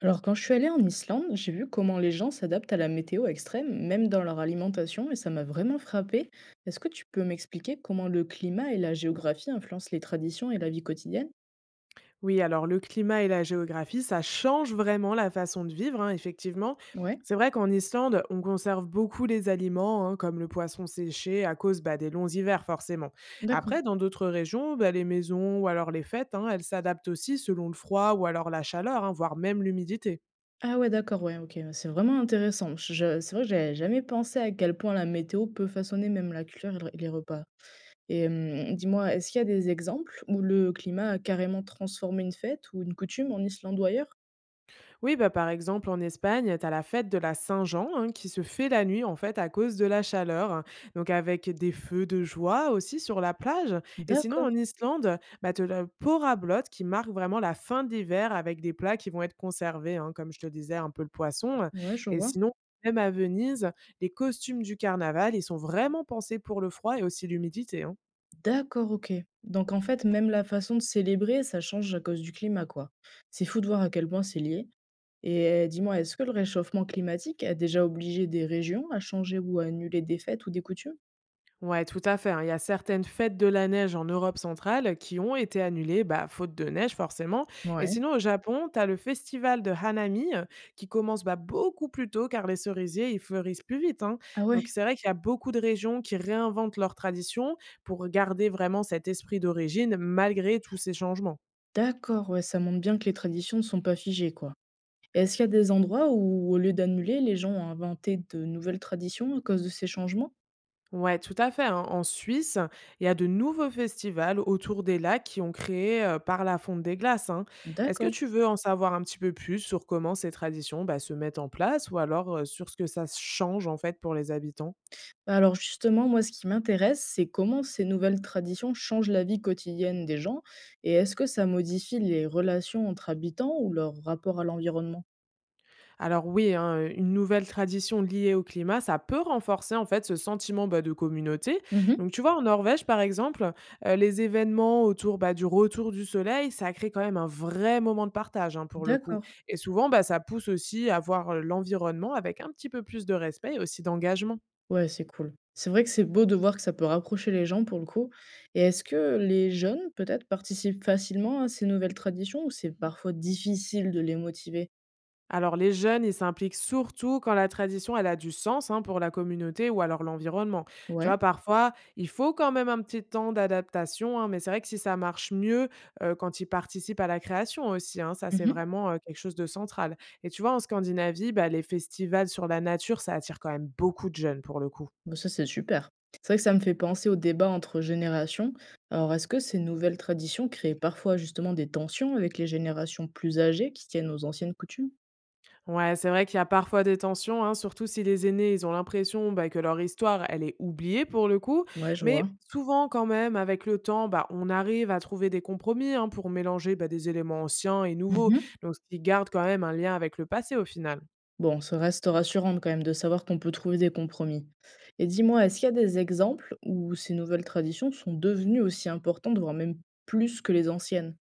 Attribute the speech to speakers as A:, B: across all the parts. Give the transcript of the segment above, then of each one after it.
A: Alors quand je suis allée en Islande, j'ai vu comment les gens s'adaptent à la météo extrême, même dans leur alimentation, et ça m'a vraiment frappée. Est-ce que tu peux m'expliquer comment le climat et la géographie influencent les traditions et la vie quotidienne?
B: Oui, alors le climat et la géographie, ça change vraiment la façon de vivre, hein, effectivement.
A: Ouais,
B: C'est vrai qu'en Islande, on conserve beaucoup les aliments, hein, comme le poisson séché, à cause bah, des longs hivers, forcément.
A: d'accord.
B: Après, dans d'autres régions, bah, les maisons ou alors les fêtes, hein, elles s'adaptent aussi selon le froid ou alors la chaleur, hein, voire même l'humidité.
A: Ah ouais, d'accord, ouais, ok. C'est vraiment intéressant. C'est vrai que j'avais jamais pensé à quel point la météo peut façonner même la culture et les repas. Et dis-moi, est-ce qu'il y a des exemples où le climat a carrément transformé une fête ou une coutume en Islande ou ailleurs?
B: Oui, bah, par exemple, en Espagne, tu as la fête de la Saint-Jean hein, qui se fait la nuit, en fait, à cause de la chaleur, hein. Donc, avec des feux de joie aussi sur la plage. Et sinon,
A: D'accord,
B: en Islande, bah, tu as le porablot qui marque vraiment la fin de l'hiver avec des plats qui vont être conservés, hein, comme je te disais, un peu le poisson.
A: ouais, je
B: Et
A: vois.
B: sinon, même à Venise, les costumes du carnaval, ils sont vraiment pensés pour le froid et aussi l'humidité, hein.
A: D'accord, OK. Donc en fait, même la façon de célébrer, ça change à cause du climat, quoi. C'est fou de voir à quel point c'est lié. Et dis-moi, est-ce que le réchauffement climatique a déjà obligé des régions à changer ou à annuler des fêtes ou des coutumes?
B: Ouais, tout à fait, hein. Il y a certaines fêtes de la neige en Europe centrale qui ont été annulées, bah, faute de neige forcément. Et
A: Ouais.
B: sinon, au Japon, tu as le festival de Hanami qui commence bah, beaucoup plus tôt car les cerisiers, ils fleurissent plus vite, hein.
A: Ah ouais,
B: Donc c'est vrai qu'il y a beaucoup de régions qui réinventent leurs traditions pour garder vraiment cet esprit d'origine malgré tous ces changements.
A: d'accord, ouais, ça montre bien que les traditions ne sont pas figées, quoi. Et est-ce qu'il y a des endroits où, au lieu d'annuler, les gens ont inventé de nouvelles traditions à cause de ces changements?
B: Ouais, tout à fait, hein. En Suisse, il y a de nouveaux festivals autour des lacs qui ont créé par la fonte des glaces, hein. Est-ce que
A: D'accord.
B: tu veux en savoir un petit peu plus sur comment ces traditions bah, se mettent en place ou alors sur ce que ça change en fait pour les habitants?
A: Bah, alors justement, moi, ce qui m'intéresse, c'est comment ces nouvelles traditions changent la vie quotidienne des gens et est-ce que ça modifie les relations entre habitants ou leur rapport à l'environnement?
B: Alors oui, hein, une nouvelle tradition liée au climat, ça peut renforcer en fait ce sentiment bah, de communauté.
A: Mhm.
B: Donc tu vois, en Norvège par exemple, les événements autour bah, du retour du soleil, ça crée quand même un vrai moment de partage hein, pour le coup.
A: D'accord.
B: Et souvent, bah, ça pousse aussi à voir l'environnement avec un petit peu plus de respect et aussi d'engagement.
A: Ouais, c'est cool. C'est vrai que c'est beau de voir que ça peut rapprocher les gens pour le coup. Et est-ce que les jeunes, peut-être, participent facilement à ces nouvelles traditions ou c'est parfois difficile de les motiver?
B: Alors les jeunes, ils s'impliquent surtout quand la tradition, elle a du sens hein, pour la communauté ou alors l'environnement. Tu
A: Ouais.
B: vois, parfois, il faut quand même un petit temps d'adaptation, hein, mais c'est vrai que si ça marche mieux quand ils participent à la création aussi, hein, ça c'est vraiment quelque chose de central. Et tu vois, en Scandinavie, bah, les festivals sur la nature, ça attire quand même beaucoup de jeunes pour le coup.
A: Bah, ça, c'est super. C'est vrai que ça me fait penser au débat entre générations. Alors, est-ce que ces nouvelles traditions créent parfois justement des tensions avec les générations plus âgées qui tiennent aux anciennes coutumes?
B: Ouais, c'est vrai qu'il y a parfois des tensions, hein, surtout si les aînés, ils ont l'impression bah, que leur histoire, elle est oubliée pour le coup.
A: Ouais, je vois.
B: Mais souvent, quand même, avec le temps, bah, on arrive à trouver des compromis hein, pour mélanger bah, des éléments anciens et nouveaux,
A: Mhm.
B: donc ce qui garde quand même un lien avec le passé au final.
A: Bon, ça reste rassurant quand même de savoir qu'on peut trouver des compromis. Et dis-moi, est-ce qu'il y a des exemples où ces nouvelles traditions sont devenues aussi importantes, voire même plus que les anciennes?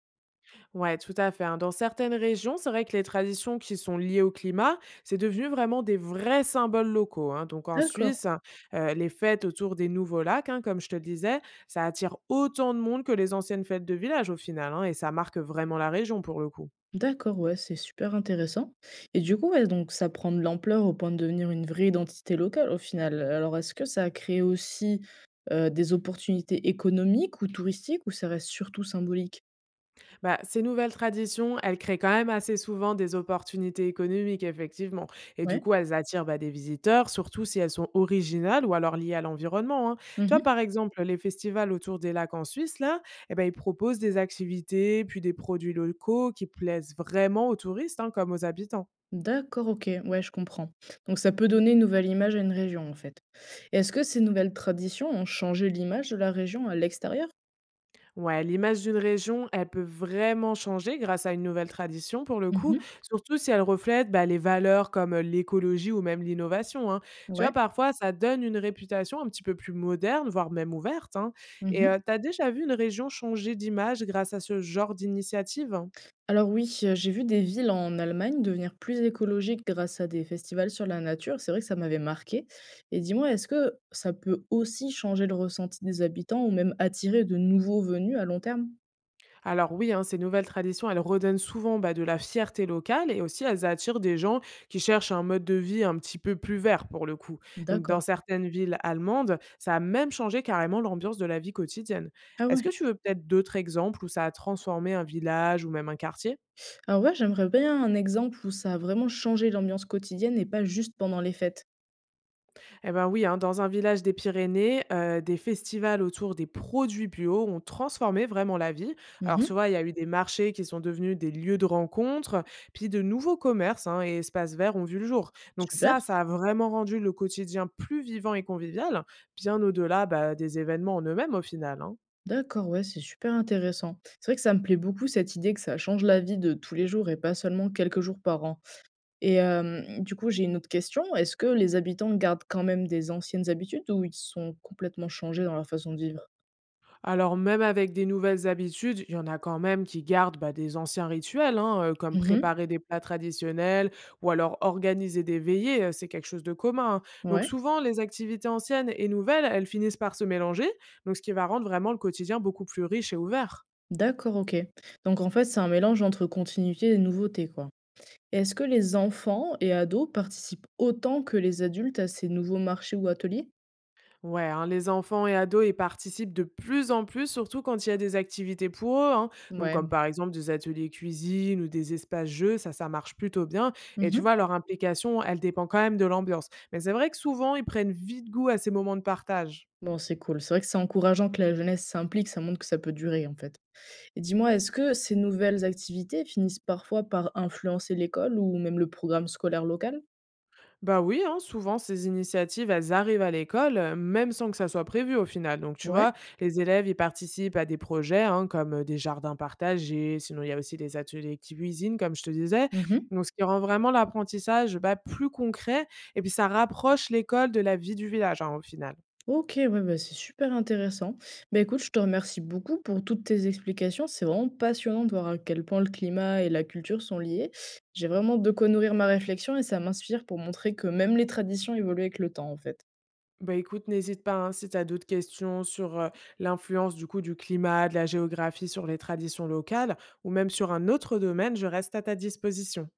B: Ouais, tout à fait, hein. Dans certaines régions, c'est vrai que les traditions qui sont liées au climat, c'est devenu vraiment des vrais symboles locaux, hein. Donc en
A: D'accord.
B: Suisse, hein, les fêtes autour des nouveaux lacs, hein, comme je te le disais, ça attire autant de monde que les anciennes fêtes de village au final, hein, et ça marque vraiment la région pour le coup.
A: D'accord, ouais, c'est super intéressant. Et du coup, ouais, donc ça prend de l'ampleur au point de devenir une vraie identité locale au final. Alors, est-ce que ça a créé aussi des opportunités économiques ou touristiques ou ça reste surtout symbolique?
B: Bah, ces nouvelles traditions, elles créent quand même assez souvent des opportunités économiques, effectivement. Et du
A: Ouais.
B: coup, elles attirent bah, des visiteurs, surtout si elles sont originales ou alors liées à l'environnement, hein. Tu vois,
A: Mhm.
B: par exemple, les festivals autour des lacs en Suisse, là, eh ben, ils proposent des activités, puis des produits locaux qui plaisent vraiment aux touristes hein, comme aux habitants.
A: D'accord, ok, ouais, je comprends. Donc ça peut donner une nouvelle image à une région en fait. Et est-ce que ces nouvelles traditions ont changé l'image de la région à l'extérieur?
B: Ouais, l'image d'une région, elle peut vraiment changer grâce à une nouvelle tradition pour le coup,
A: Mhm.
B: surtout si elle reflète bah, les valeurs comme l'écologie ou même l'innovation, hein. Tu vois,
A: Ouais.
B: parfois, ça donne une réputation un petit peu plus moderne, voire même ouverte, hein. Et
A: Mhm.
B: tu as déjà vu une région changer d'image grâce à ce genre d'initiative?
A: Alors oui, j'ai vu des villes en Allemagne devenir plus écologiques grâce à des festivals sur la nature. C'est vrai que ça m'avait marqué. Et dis-moi, est-ce que ça peut aussi changer le ressenti des habitants ou même attirer de nouveaux venus à long terme?
B: Alors oui, hein, ces nouvelles traditions, elles redonnent souvent bah, de la fierté locale et aussi elles attirent des gens qui cherchent un mode de vie un petit peu plus vert pour le coup. Donc dans
A: D'accord.
B: certaines villes allemandes, ça a même changé carrément l'ambiance de la vie quotidienne.
A: Ah
B: Est-ce que
A: ouais.
B: tu veux peut-être d'autres exemples où ça a transformé un village ou même un quartier?
A: Alors ouais, j'aimerais bien un exemple où ça a vraiment changé l'ambiance quotidienne et pas juste pendant les fêtes.
B: Eh ben oui, hein, dans un village des Pyrénées, des festivals autour des produits bio ont transformé vraiment la vie. Alors
A: Mmh.
B: tu vois, il y a eu des marchés qui sont devenus des lieux de rencontre, puis de nouveaux commerces hein, et espaces verts ont vu le jour. Donc
A: Super.
B: ça a vraiment rendu le quotidien plus vivant et convivial, bien au-delà bah, des événements en eux-mêmes au final, hein.
A: D'accord, ouais, c'est super intéressant. C'est vrai que ça me plaît beaucoup cette idée que ça change la vie de tous les jours et pas seulement quelques jours par an. Et du coup, j'ai une autre question. Est-ce que les habitants gardent quand même des anciennes habitudes ou ils sont complètement changés dans leur façon de vivre?
B: Alors même avec des nouvelles habitudes, il y en a quand même qui gardent bah, des anciens rituels, hein, comme
A: Mmh.
B: préparer des plats traditionnels ou alors organiser des veillées, c'est quelque chose de commun, hein. Donc
A: Ouais.
B: souvent, les activités anciennes et nouvelles, elles finissent par se mélanger, donc ce qui va rendre vraiment le quotidien beaucoup plus riche et ouvert.
A: D'accord, OK. Donc en fait, c'est un mélange entre continuité et nouveauté, quoi. Et est-ce que les enfants et ados participent autant que les adultes à ces nouveaux marchés ou ateliers?
B: Ouais, hein, les enfants et ados, y participent de plus en plus, surtout quand il y a des activités pour eux, hein. Donc, comme
A: Ouais.
B: par exemple des ateliers cuisine ou des espaces jeux, ça marche plutôt bien. Et tu
A: Mmh.
B: vois, leur implication, elle dépend quand même de l'ambiance. Mais c'est vrai que souvent, ils prennent vite goût à ces moments de partage.
A: Bon, c'est cool. C'est vrai que c'est encourageant que la jeunesse s'implique, ça montre que ça peut durer, en fait. Et dis-moi, est-ce que ces nouvelles activités finissent parfois par influencer l'école ou même le programme scolaire local?
B: Bah oui, hein, souvent ces initiatives, elles arrivent à l'école, même sans que ça soit prévu au final. Donc tu
A: Ouais.
B: vois, les élèves, ils participent à des projets hein, comme des jardins partagés, sinon il y a aussi des ateliers cuisine, comme je te disais.
A: Mmh.
B: Donc ce qui rend vraiment l'apprentissage bah, plus concret, et puis ça rapproche l'école de la vie du village hein, au final.
A: OK, ouais, bah, c'est super intéressant. Bah, écoute, je te remercie beaucoup pour toutes tes explications. C'est vraiment passionnant de voir à quel point le climat et la culture sont liés. J'ai vraiment de quoi nourrir ma réflexion et ça m'inspire pour montrer que même les traditions évoluent avec le temps, en fait.
B: Bah, écoute, n'hésite pas, hein, si tu as d'autres questions sur, l'influence du coup du climat, de la géographie sur les traditions locales ou même sur un autre domaine, je reste à ta disposition.